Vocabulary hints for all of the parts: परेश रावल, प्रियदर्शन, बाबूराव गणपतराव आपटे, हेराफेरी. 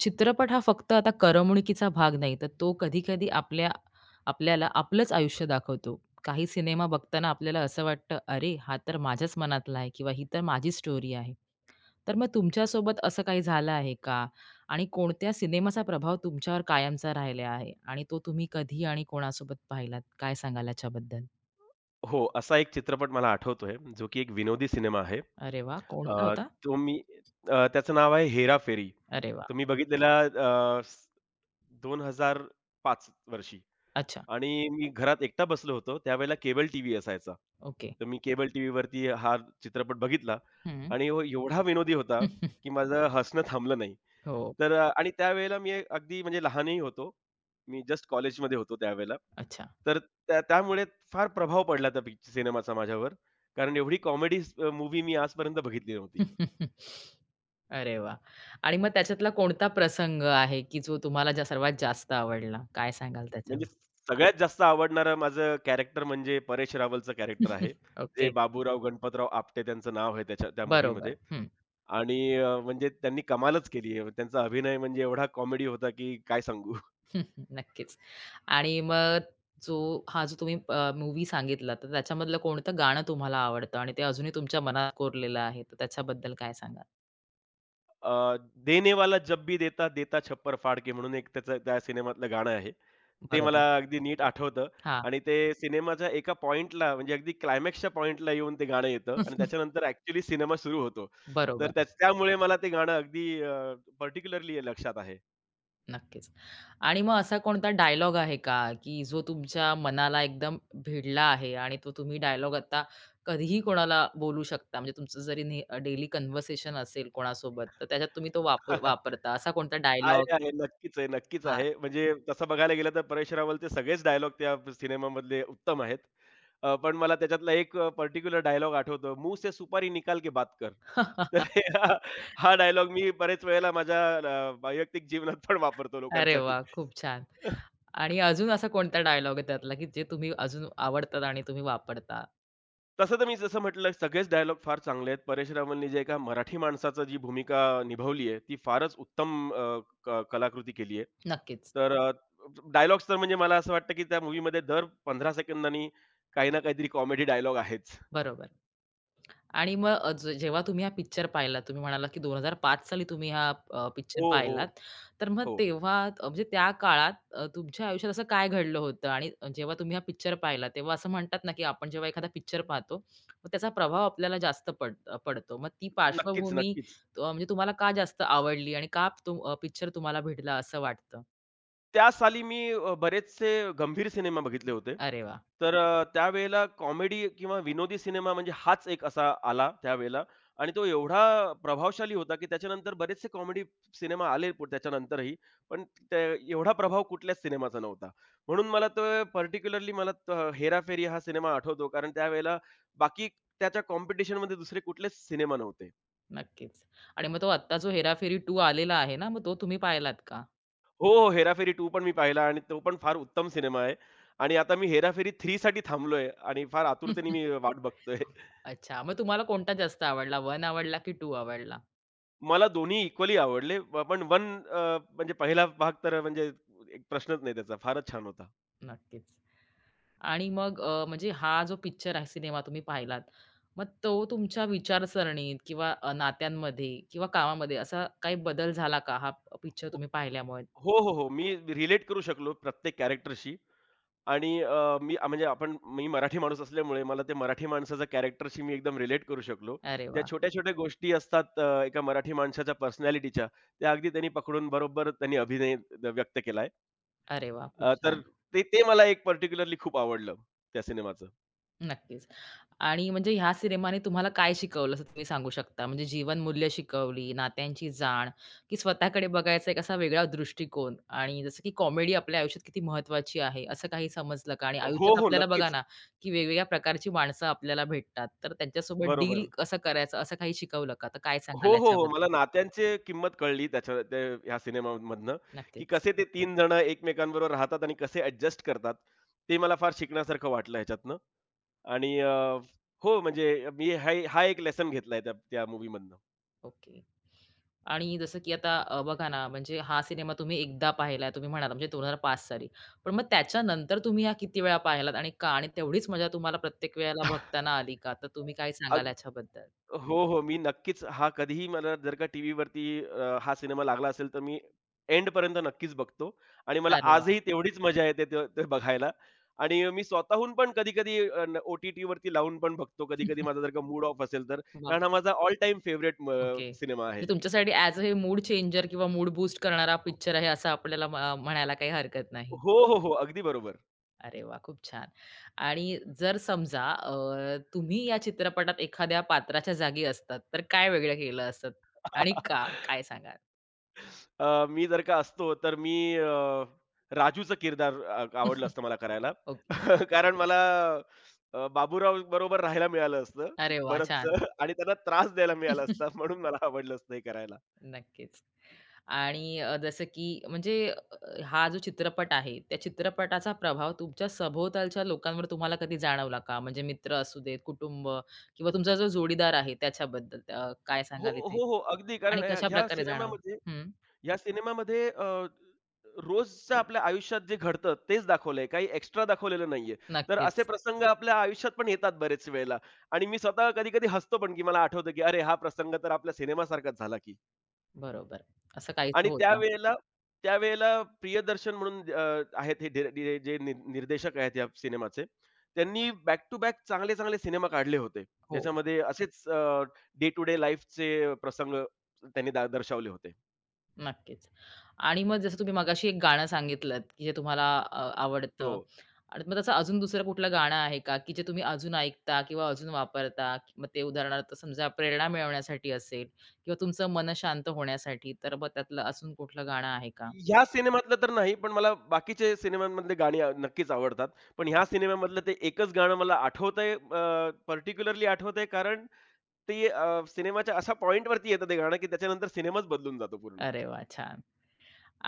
चित्रपट हा फक्त आता करमणुकीचा भाग नाही, तर तो कधी-कधी आपल्याला आपलंच आयुष्य दाखवतो. काही सिनेमा बघताना आपल्याला असं वाटतं, "अरे, हा तर माझ्याच मनातला आहे" किंवा "ही तर माझी स्टोरी आहे." तर मग तुमच्यासोबत असं काही झालं आहे का? आणि कोणत्या सिनेमाचा प्रभाव तुमच्यावर कायमचा राहिला आहे? आणि तो तुम्ही कधी आणि कोणासोबत पाहिलात? काय सांगाल याच्याबद्दल? हो, असा एक चित्रपट मला आठवतोय, जो की एक विनोदी सिनेमा आहे. अरे वाह! कोणता अ, होता? तो मी त्याचं नाव आहे हेरा फेरी, अरे वाह! तर मी बघितलेला अ, स 2005 वर्षी अच्छा. आणि मी घरात एकटा बसलो होतो. त्यावेळेला केबल टीव्ही असायचा. ओके. तर मी केबल टीव्हीवरती हा चित्रपट बघितला हं. आणि हो एवढा विनोदी होता, की माझं हसणं थांबलं नाही. हो. तर आणि त्यावेळेला मी अगदी म्हणजे लहानही होतो. मी जस्ट कॉलेजमध्ये होतो त्यावेळेला. अच्छा. तर त्यामुळे फार प्रभाव पडला त्या सिनेमाचा माझ्यावर. कारण एवढी कॉमेडी मूवी मी आजपर्यंत बघितली नव्हती. अरे वाह! आणि मग त्याच्यातला कोणता प्रसंग आहे, की जो तुम्हाला सर्वात जास्त आवडला? काय सांगाल त्याच्यावर? म्हणजे सगळ्यात जास्त आवडणारं माझं कॅरेक्टर म्हणजे परेश रावलचं कॅरेक्टर आहे. ते ओके. बाबूराव गणपतराव आपटे त्यांचं नाव आहे त्याच्या त्या बरोबर. मूव्हीमध्ये हं. आणि म्हणजे त्यांनी कमालच केली आहे. त्यांचा अभिनय म्हणजे एवढा कॉमेडी होता की काय सांगू. नक्कीच. आणि मग जो जो तुम्ही सांगितला, तर त्याच्यामधलं कोणतं गाणं तुम्हाला आवडतं आणि ते अजूनही तुमच्या मनात कोरलेलं आहे? तर त्याच्याबद्दल काय सांगाल? अ, देने जब भी देता, देता छप्पर फाड़ म्हणून एक त्याचं त्या सिनेमातलं गाणं आहे. ते मला बरोबर. अगदी नीट आठवतं हां. आणि ते सिनेमाच्या एका पॉइंटला म्हणजे अगदी क्लायमॅक्सच्या पॉइंटला येऊन ते गाणं येतं आणि त्याच्यानंतर ॲक्चुअली सिनेमा सुरू होतो. तर बरोबर. त्यामुळे मला ते गाणं अगदी पर्टिक्युलरली लक्षात आहे. नक्कीच. आणि मग असा कोणता डायलॉग आहे का, की जो तुमच्या मनाला एकदम भिडला आहे आणि तो तुम्ही डायलॉग आता कधीही कोणाला बोलू शकता? म्हणजे तुमचं जरी डेली कन्व्हर्सेशन असेल कोणासोबत, तर त्याच्यात तुम्ही तो वापरता. असा कोणता आहे, डायलॉग? आहे. नक्कीच आहे, नक्कीच हां. आहे. म्हणजे तसं बघायला गेलं तर परेश रावलचे सगळेच डायलॉग त्या सिनेमामधले उत्तम आहेत. पण मला त्याच्यातला एक पर्टिक्युलर डायलॉग आठवतो, "मुँह से सुपारी निकाल के बात कर." तर हे हा हा डायलॉग मी बरेच वेळेला माझ्या वैयक्तिक जीवनात पण वापरतो अरे लोकांसाठी. वाह! खूप छान. आणि अजून असा कोणता डायलॉग आहे त्यातला, की जे तुम्ही अजून आवडतात आणि तुम्ही वापरता? तसं तर मी जसं म्हटलं, सगळेच डायलॉग फार चांगले आहेत. परेश रावलनी जे एका मराठी माणसाचं जी भूमिका निभावली आहे, ती फारच उत्तम अ, क कलाकृती केली आहे. नक्कीच. तर डायलॉग्स तर म्हणजे मला असं वाटतं, की त्या मूव्हीमध्ये दर 15 सेकंदांनी काही ना काहीतरी कॉमेडी डायलॉग आहेच. बरोबर. आणि मग जेव्हा तुम्ही हा पिक्चर पाहिलात, तुम्ही म्हणाला, की 2005 साली तुम्ही हा पिक्चर हो, हो. पाहिलात. तर मग हो. तेव्हा म्हणजे त्या काळात तुमच्या आयुष्यात असं काय घडलं होतं? आणि जेव्हा तुम्ही हा पिक्चर पाहिला, तेव्हा असं म्हणतात ना, की आपण जेव्हा एखादा पिक्चर पाहतो, मग त्याचा प्रभाव आपल्याला जास्त पडतो. मग ती नक्कीच, पार्श्वभूमी नक्कीच. म्हणजे तुम्हाला का जास्त आवडली आणि का पिक्चर तुम्हाला भेटला असं वाटतं? त्या साली मी बरेचसे गंभीर सिनेमा बघितले होते. अरे वाह! तर त्यावेळेला कॉमेडी किंवा विनोदी सिनेमा म्हणजे हाच एक असा आला त्यावेळेला आणि तो एवढा प्रभावशाली होता, की त्याच्यानंतर बरेचसे कॉमेडी सिनेमा आले पुढे त्याच्यानंतरही. पण त्या एवढा प्रभाव कुठल्याच सिनेमाचा नव्हता. म्हणून मला तर पार्टिक्युलरली मला तर हेराफेरी हा सिनेमा आठवतो कारण त्यावेळेला बाकी त्याच्या कॉम्पिटिशनमध्ये दुसरे कुठलेच सिनेमा नव्हते. नक्कीच. आणि मग तो आत्ता जो हेराफेरी 2 आलेला आहे ना, मग तो तुम्ही पाहिलात का? हो, हो. हेराफेरी 2 पण मी पाहिला आणि तो पण फार उत्तम सिनेमा आहे. आणि आता मी हेराफेरी 3 साठी थांबलोय आणि फार आतुरतेने मी वाट बघतोय. अच्छा. मग तुम्हाला कोणता जास्त आवडला? वन आवडला की टू आवडला? मला दोन्ही इक्वली आवडले. पण 1 म्हणजे पहिला भाग तर म्हणजे एक प्रश्नच नाही त्याचा. फारच छान होता. नक्कीच. आणि मग म्हणजे हा जो पिक्चर आहे, सिनेमा तुम्ही पाहिलात, मग तो तुमच्या विचारसरणीत किंवा नात्यांमध्ये किंवा कामामध्ये असा काही बदल झाला का हा पिक्चर हो, तुम्ही पाहिल्यामुळे? हो, हो, हो. मी रिलेट करू शकलो प्रत्येक कॅरेक्टरशी आणि मी म्हणजे आपण मी मराठी माणूस असल्यामुळे मला ते मराठी माणसाच्या कॅरेक्टरशी मी एकदम रिलेट करू शकलो. अरे ज्या वाह! छोट्या-छोट्या गोष्टी असतात एका मराठी माणसाच्या पर्सनॅलिटीच्या, त्या अगदी त्यांनी पकडून बरोबर त्यांनी अभिनय व्यक्त केलाय. अरे वाह! खूप तर छान. ते ते मला एक पार्टिक्युलरली खूप आवडलं त्या सिनेमाचं. नक्कीच. आणि म्हणजे ह्या सिनेमाने तुम्हाला काय शिकवलं असं तुम्ही सांगू शकता? म्हणजे जीवनमूल्य शिकवली, नात्यांची जाण, की स्वतःकडे बघायचा एक असा वेगळा दृष्टिकोन आणि जसं की कॉमेडी आपल्या आयुष्यात किती महत्त्वाची आहे, असं काही समजलं का? आणि हो, आयुष्यात हो. आपल्याला बघा नक्कीच. ना, की वेगवेगळ्या प्रकारची माणसं आपल्याला भेटतात, तर त्यांच्यासोबत डील बरोबर. कसं करायचं, असं काही शिकवलं का? तर काय हो, सांगाल हो, हो. याच्याबद्दल? मला नात्यांची किंमत कळली त्याच्या त्या ह्या सिनेमामधनं, की नक्कीच. कसे ते 3 जण एकमेकांबरोबर राहतात आणि कसे ॲडजस्ट करतात. ते मला फार शिकण्यासारखं वाटलं ह्याच्यातनं आणि हो, म्हणजे मी हा हा एक लेसन घेतलाय त्या त्या मूव्हीमधनं. ओके. आणि जसं की आता बघा ना, म्हणजे हा सिनेमा तुम्ही एकदा पाहिलाय तुम्ही म्हणालात म्हणजे 2005 साली. पण मग त्याच्यानंतर तुम्ही हा किती वेळा पाहिलात आणि का? आणि तेवढीच मजा तुम्हाला प्रत्येक वेळेला बघताना आली का? तर तुम्ही काय सांगाल अगदी ह्याच्याबद्दल? हो, हो. मी नक्कीच हा कधीही मला जर का टीव्हीवरती हा सिनेमा लागला असेल, तर मी एंडपर्यंत नक्कीच बघतो आणि मला अरे वाह! आजही तेवढीच मजा येते ते ते बघायला आणि मी स्वतःहून पण कधी-कधी अ, न ओ-टी-टीवरती लावून पण बघतो. कधी-कधी माझा जर का मूड ऑफ असेल तर. वाह! कारण हा माझा all time favourite okay. Cinema आहे. म्हणजे तुमच्यासाठी ॲज अ हे मूड चेंजर किंवा मूड बूस्ट करणारा पिक्चर आहे असं आपल्याला म्हणायला काही हरकत नाही. हो, हो, हो. अगदी बरोबर. अरे वाह! खूप छान. आणि जर समजा तुम्ही या चित्रपटात एखाद्या पात्राच्या जागी असतात, तर काय वेगळं केलं असतं आणि का? काय सांगाल? मी जर का असतो तर मी राजूचं किरदार आवडलं असतं मला करायला. ओके. कारण मला बाबूराव बरोबर राहायला मिळालं असतं अरे वाह! छान. बरंचसं आणि त्यांना त्रास द्यायला मिळाला असता म्हणून मला आवडलं असतं हे करायला. नक्कीच. आणि जसं की म्हणजे हा जो चित्रपट आहे, त्या चित्रपटाचा प्रभाव तुमच्या सभोवतालच्या लोकांवर तुम्हाला कधी जाणवला का? म्हणजे मित्र असू देत, कुटुंब किंवा तुमचा जो जोडीदार आहे त्याच्याबद्दल काय हो, सांगाल इथे? हो, हो. अगदी आणि कारण कशाप्रकारे जाणवलं? हं. ह्या सिनेमामध्ये रोजच्या आपल्या आयुष्यात जे घडतं तेच दाखवलंय. काही एक्स्ट्रा दाखवलेलं नाहीये. तर असे नक्कीच. प्रसंग आपल्या आयुष्यात पण येतात बरेच वेळेला आणि मी स्वतः कधी-कधी हसतो पण, की मला आठवतं, की "अरे, हा प्रसंग तर आपल्या सिनेमासारखाच झाला की." बरोबर. असं काहीच आणि होतं. त्यावेळेला त्यावेळेला प्रियदर्शन म्हणून आहेत हे डे डे जे निर्देशक आहेत या सिनेमाचे. त्यांनी बॅक टू बॅक चांगले-चांगले सिनेमा काढले होते. हो. ज्याच्यामध्ये असेच डे टू डे लाईफचे प्रसंग त्यांनी दर्शवले होते. नक्कीच. आणि मग जसं तुम्ही मगाशी एक गाणं सांगितलंत, की जे तुम्हाला हो. आवडतं आणि मग तसं अजून दुसरं कुठलं गाणं आहे का, की जे तुम्ही अजून ऐकता किंवा अजून वापरता? मग ते उदाहरणार्थ समजा प्रेरणा मिळवण्यासाठी असेल किंवा तुमचं मन शांत होण्यासाठी, तर मग त्यातलं अजून कुठलं गाणं आहे का? ह्या सिनेमातलं तर नाही, पण मला बाकीचे सिनेमांमधले गाणी नक्कीच आवडतात. पण ह्या सिनेमामधलं ते एकच गाणं मला आठवतंय कारण ते सिनेमाच्या अशा पॉइंटवरती येतं ते गाणं, की त्याच्यानंतर सिनेमाच बदलून जातो पूर्ण. अरे वाह! छान.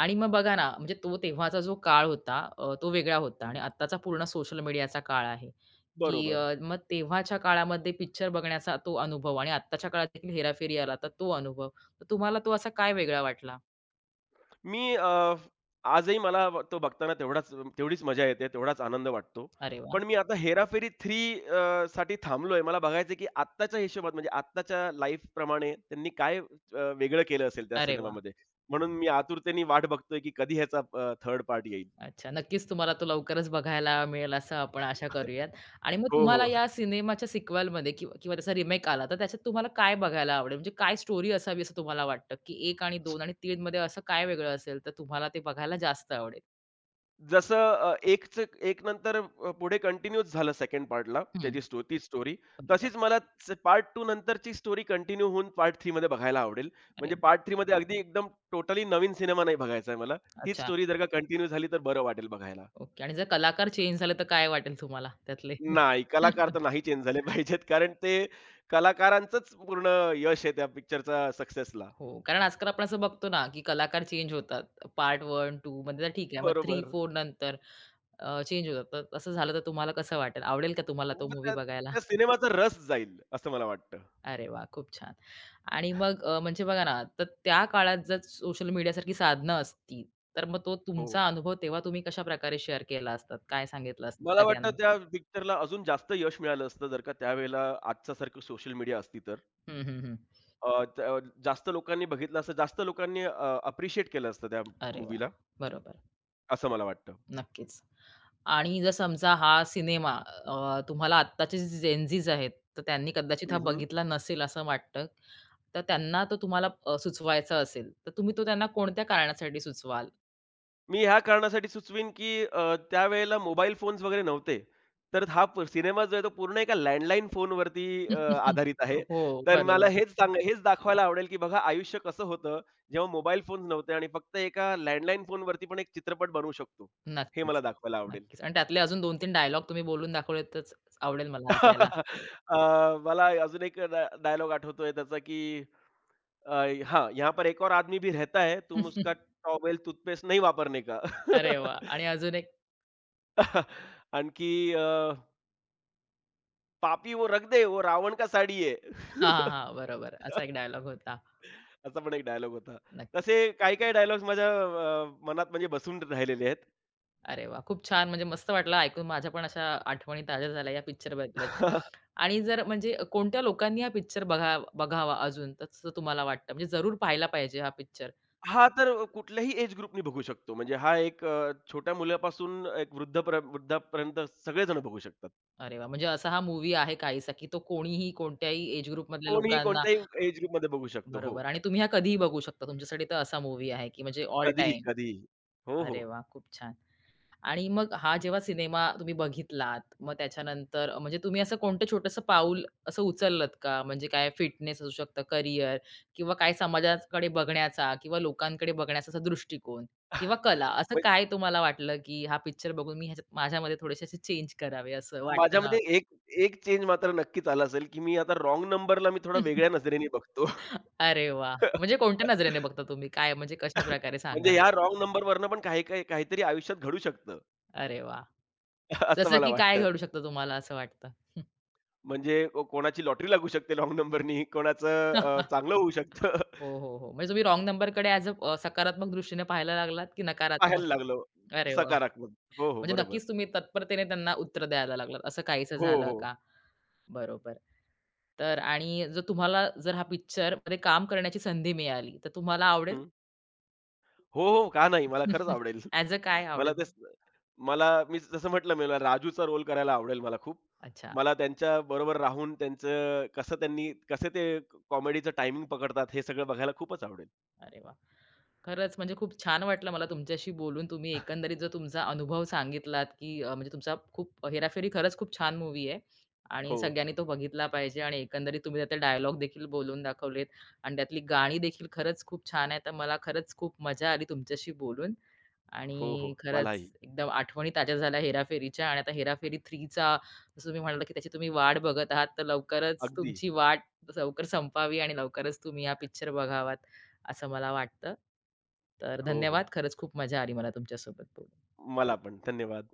आणि मग बघा ना, म्हणजे तो तेव्हाचा जो काळ होता तो वेगळा होता आणि हं. आत्ताचा पूर्ण सोशल मीडियाचा काळ आहे, की बरोबर. मग तेव्हाच्या काळामध्ये पिक्चर बघण्याचा तो अनुभव आणि आत्ताच्या काळात देखील हेराफेरी आला तर तो अनुभव. तर तुम्हाला तो असा काय वेगळा वाटला? मी आजही तो बघताना तेवढीच मजा येते, तेवढाच आनंद वाटतो. अरे वाह! पण मी आता हेराफेरी 3 साठी थांबलोय. मला बघायचंय की आत्ताच्या हिशोबात म्हणजे आत्ताच्या लाईफ प्रमाणे त्यांनी काय वेगळं केलं असेल त्या अरे वाह! सिनेमामध्ये. म्हणून मी आतुरतेने वाट बघतोय की कधी ह्याचा थर्ड पार्ट येईल. अच्छा, नक्कीच तुम्हाला तो लवकरच बघायला मिळेल असं आपण आशा करूयात. आणि मग हो, तुम्हाला हो. या सिनेमाच्या सिक्वलमध्ये किंवा किंवा त्याचा रिमेक आला, तर त्याच्यात तुम्हाला काय बघायला आवडेल? म्हणजे काय स्टोरी असावी असं तुम्हाला वाटतं, की 1 आणि 2 आणि 3 मध्ये असं काय वेगळं असेल, तर तुम्हाला ते बघायला जास्त आवडेल? जसं एक नंतर पुढे कंटिन्यूच झालं सेकंड पार्टला हं, त्याची तीच स्टोरी. बरोबर. तशीच मला पार्ट 2 नंतरची स्टोरी कंटिन्यू होऊन पार्ट 3 मध्ये बघायला आवडेल. अरे म्हणजे पार्ट 3 मध्ये अगदी एकदम टोटली नवीन सिनेमा नाही बघायचा आहे मला. तीच अच्छा, स्टोरी जर का कंटिन्यू झाली तर बरं वाटेल बघायला. ओके. आणि जर कलाकार चेंज झाले तर काय वाटेल तुम्हाला त्यातले? नाही, कलाकार तर नाही चेंज झाले पाहिजेत कारण ते कलाकारांचंच पूर्ण यश आहे त्या पिक्चरचा सक्सेसला. हो, कारण आजकाल आपण असं बघतो ना, की कलाकार चेंज होतात. पार्ट 1, 2 मध्ये तर ठीक आहे. मग 3, बरोबर. 4 नंतर चेंज होतात. तर असं झालं तर तुम्हाला कसं वाटेल? आवडेल का तुम्हाला तो मग मूव्ही त्या बघायला? त्या सिनेमाचा रस जाईल असं मला वाटतं. अरे वाह! खूप छान. आणि मग म्हणजे बघा ना, तर त्या काळात जर सोशल मीडियासारखी साधनं असती, तर मग तो हो. तुमचा अनुभव तेव्हा तुम्ही कशाप्रकारे शेअर केला असतात? काय सांगितलं असतं मला वाटतं सगळ्यांना? त्या पिक्चरला अजून जास्त यश मिळालं असतं जर का त्यावेळेला आजच्यासारखं सोशल मीडिया असती तर. हं, हं, हं. अ, त्या जास्त लोकांनी बघितलं असतं, जास्त लोकांनी अप्रिशिएट केलं असतं त्या अरे मूव्हीला, वाह! बरोबर. असं मला वाटतं. नक्कीच. आणि जर समजा हा सिनेमा तुम्हाला आत्ताचे जे जेनझीज आहेत, तर त्यांनी कदाचित हा हं, बघितला नसेल असं वाटतं. तर त्यांना तो तुम्हाला सुचवायचा असेल, तर तुम्ही तो त्यांना कोणत्या कारणासाठी सुचवाल? मी ह्या कारणासाठी सुचवीन, की त्यावेळेला मोबाईल फोन्स वगैरे नव्हते. तर हा सिनेमा जो आहे तो पूर्ण एका लँडलाईन फोनवरती आधारित आहे. हो, तर मला बरोबर आहे. हेच दाखवायला आवडेल, की बघा आयुष्य कसं होतं, जेव्हा मोबाईल फोन्स नव्हते आणि फक्त एका लँडलाईन फोनवरती पण एक चित्रपट बनवू शकतो. हे नक्कीच, मला दाखवायला आवडेल. नक्कीच. आणि त्यातले अजून 2-3 डायलॉग तुम्ही बोलून दाखवले तर आवडेल मला ऐकायला. अ, मला अजून एक डायलॉग आठवतोय त्याचा, की अ, हां, "यहाँ पर एक और आदमी भी रहता है, तुम उसका टॉवेल, टूथपेस्ट नहीं वापरने का." अरे वाह! आणि अजून एक आणखी "पापी वो रग दे, वो रावण का साडी है." हां, हां, हां. बरोबर. असा एक डायलॉग होता. असा पण एक डायलॉग होता. नक्कीच. तसे काही-काही डायलॉग्स माझ्या मनात म्हणजे बसून राहिलेले आहेत. अरे वा, खूप छान म्हणजे मस्त वाटलं ऐकून. माझ्या पण अशा आठवणी ताज्या झाल्या या पिक्चर बद्दलच्या. आणि जर म्हणजे कोणत्या लोकांनी हा पिक्चर बघावा अजून तसं तुम्हाला वाटतं? म्हणजे जरूर पाहायला पाहिजे हा पिक्चर. हा तर कुठल्याही एज ग्रुपनी बघू शकतो. म्हणजे हा एक छोट्या मुलापासून एक वृद्धापर्यंत सगळेजण बघू शकतात. अरे वाह! म्हणजे असा हा मूव्ही आहे काहीसा, की तो कोणीही कोणत्याही एज ग्रुपमधल्या कोणीही लोकांना कोणत्याही एज ग्रुपमध्ये बघू शकतो. हो. बरोबर आणि तुम्ही हा कधीही बघू शकता. तुमच्यासाठी तर असा मूव्ही आहे, की म्हणजे ऑल कधीही, टाईम. कधीही. हो, अरे हो. वाह! खूप छान. आणि मग हा जेव्हा सिनेमा तुम्ही बघितलात, मग त्याच्यानंतर म्हणजे तुम्ही असं कोणतं छोटंसं पाऊल असं उचललत का? म्हणजे काय फिटनेस असू शकतं, करियर किंवा काय समाजाकडे बघण्याचा किंवा लोकांकडे बघण्याचा असा दृष्टिकोन किंवा कला, असं म्हणजे काय तुम्हाला वाटलं, की हा पिक्चर बघून मी ह्याच्यात माझ्यामध्ये थोडेसे असे चेंज करावे असं वाटतं ना? माझ्यामध्ये एक एक चेंज मात्र नक्कीच आला असेल, की मी आता रॉंग नंबरला मी थोडा वेगळ्या नजरेने बघतो. अरे वाह! म्हणजे कोणत्या नजरेने बघता तुम्ही? काय म्हणजे कशाप्रकारे म्हणजे सांगाल? या रॉन्ग नंबरवरनं पण काही काही काहीतरी आयुष्यात घडू शकतं, अरे वाह! असं जसं मला की काय वाटतं. घडू शकतं तुम्हाला असं वाटतं? म्हणजे कोणाची लॉटरी लागू शकते रॉन्ग नंबरनी, कोणाचं चांगलं होऊ शकतं. हो, हो, हो. म्हणजे तुम्ही रॉन्ग नंबरकडे ॲज अ अ, सकारात्मक दृष्टीने पाहायला लागलात, की नकारात्मक? पाहायला लागलो अरे वाह! सकारात्मक. हो, हो. म्हणजे नक्कीच बरोबर. तुम्ही तत्परतेने त्यांना उत्तर द्यायला लागलात. असं काहीसं हो, झालं हो. का? बरोबर. तर आणि जर तुम्हाला जर हा पिक्चरमध्ये काम करण्याची संधी मिळाली, तर तुम्हाला आवडेल? हो, हो. का नाही? मला खरंच आवडेल. ॲज अ काय मला आवडेल? तेच मला मी जसं म्हटलं, मला राजूचा रोल करायला आवडेल मला खूप. अच्छा. मला त्यांच्याबरोबर राहून त्यांचं कसं त्यांनी कसे ते कॉमेडीचं टायमिंग पकडतात हे सगळं बघायला खूपच आवडेल. अरे वाह! खरंच म्हणजे खूप छान वाटलं मला तुमच्याशी बोलून. तुम्ही एकंदरीत जो तुमचा अनुभव सांगितलात, की म्हणजे तुमचा खूप हेराफेरी खरंच खूप छान मूव्ही आहे आणि हो. सगळ्यांनी तो बघितला पाहिजे आणि एकंदरीत तुम्ही त्यातले डायलॉग देखील बोलून दाखवलेत आणि त्यातली गाणी देखील खरंच खूप छान आहे. तर मला खरंच खूप मजा आली तुमच्याशी बोलून हो, हो. आणि खरंच मलाही. एकदम आठवणी ताज्या झाल्या हेराफेरीच्या आणि आता हेराफेरी 3चा जसं तुम्ही म्हणालात, की त्याची तुम्ही वाट बघत आहात. तर लवकरच अगदी. तुमची वाट लवकर संपावी आणि लवकरच तुम्ही हा पिक्चर बघावा. असं मला वाटतं. तर हो, धन्यवाद. हो. खरंच खूप मजा आली मला तुमच्यासोबत बोलून. मला पण. धन्यवाद.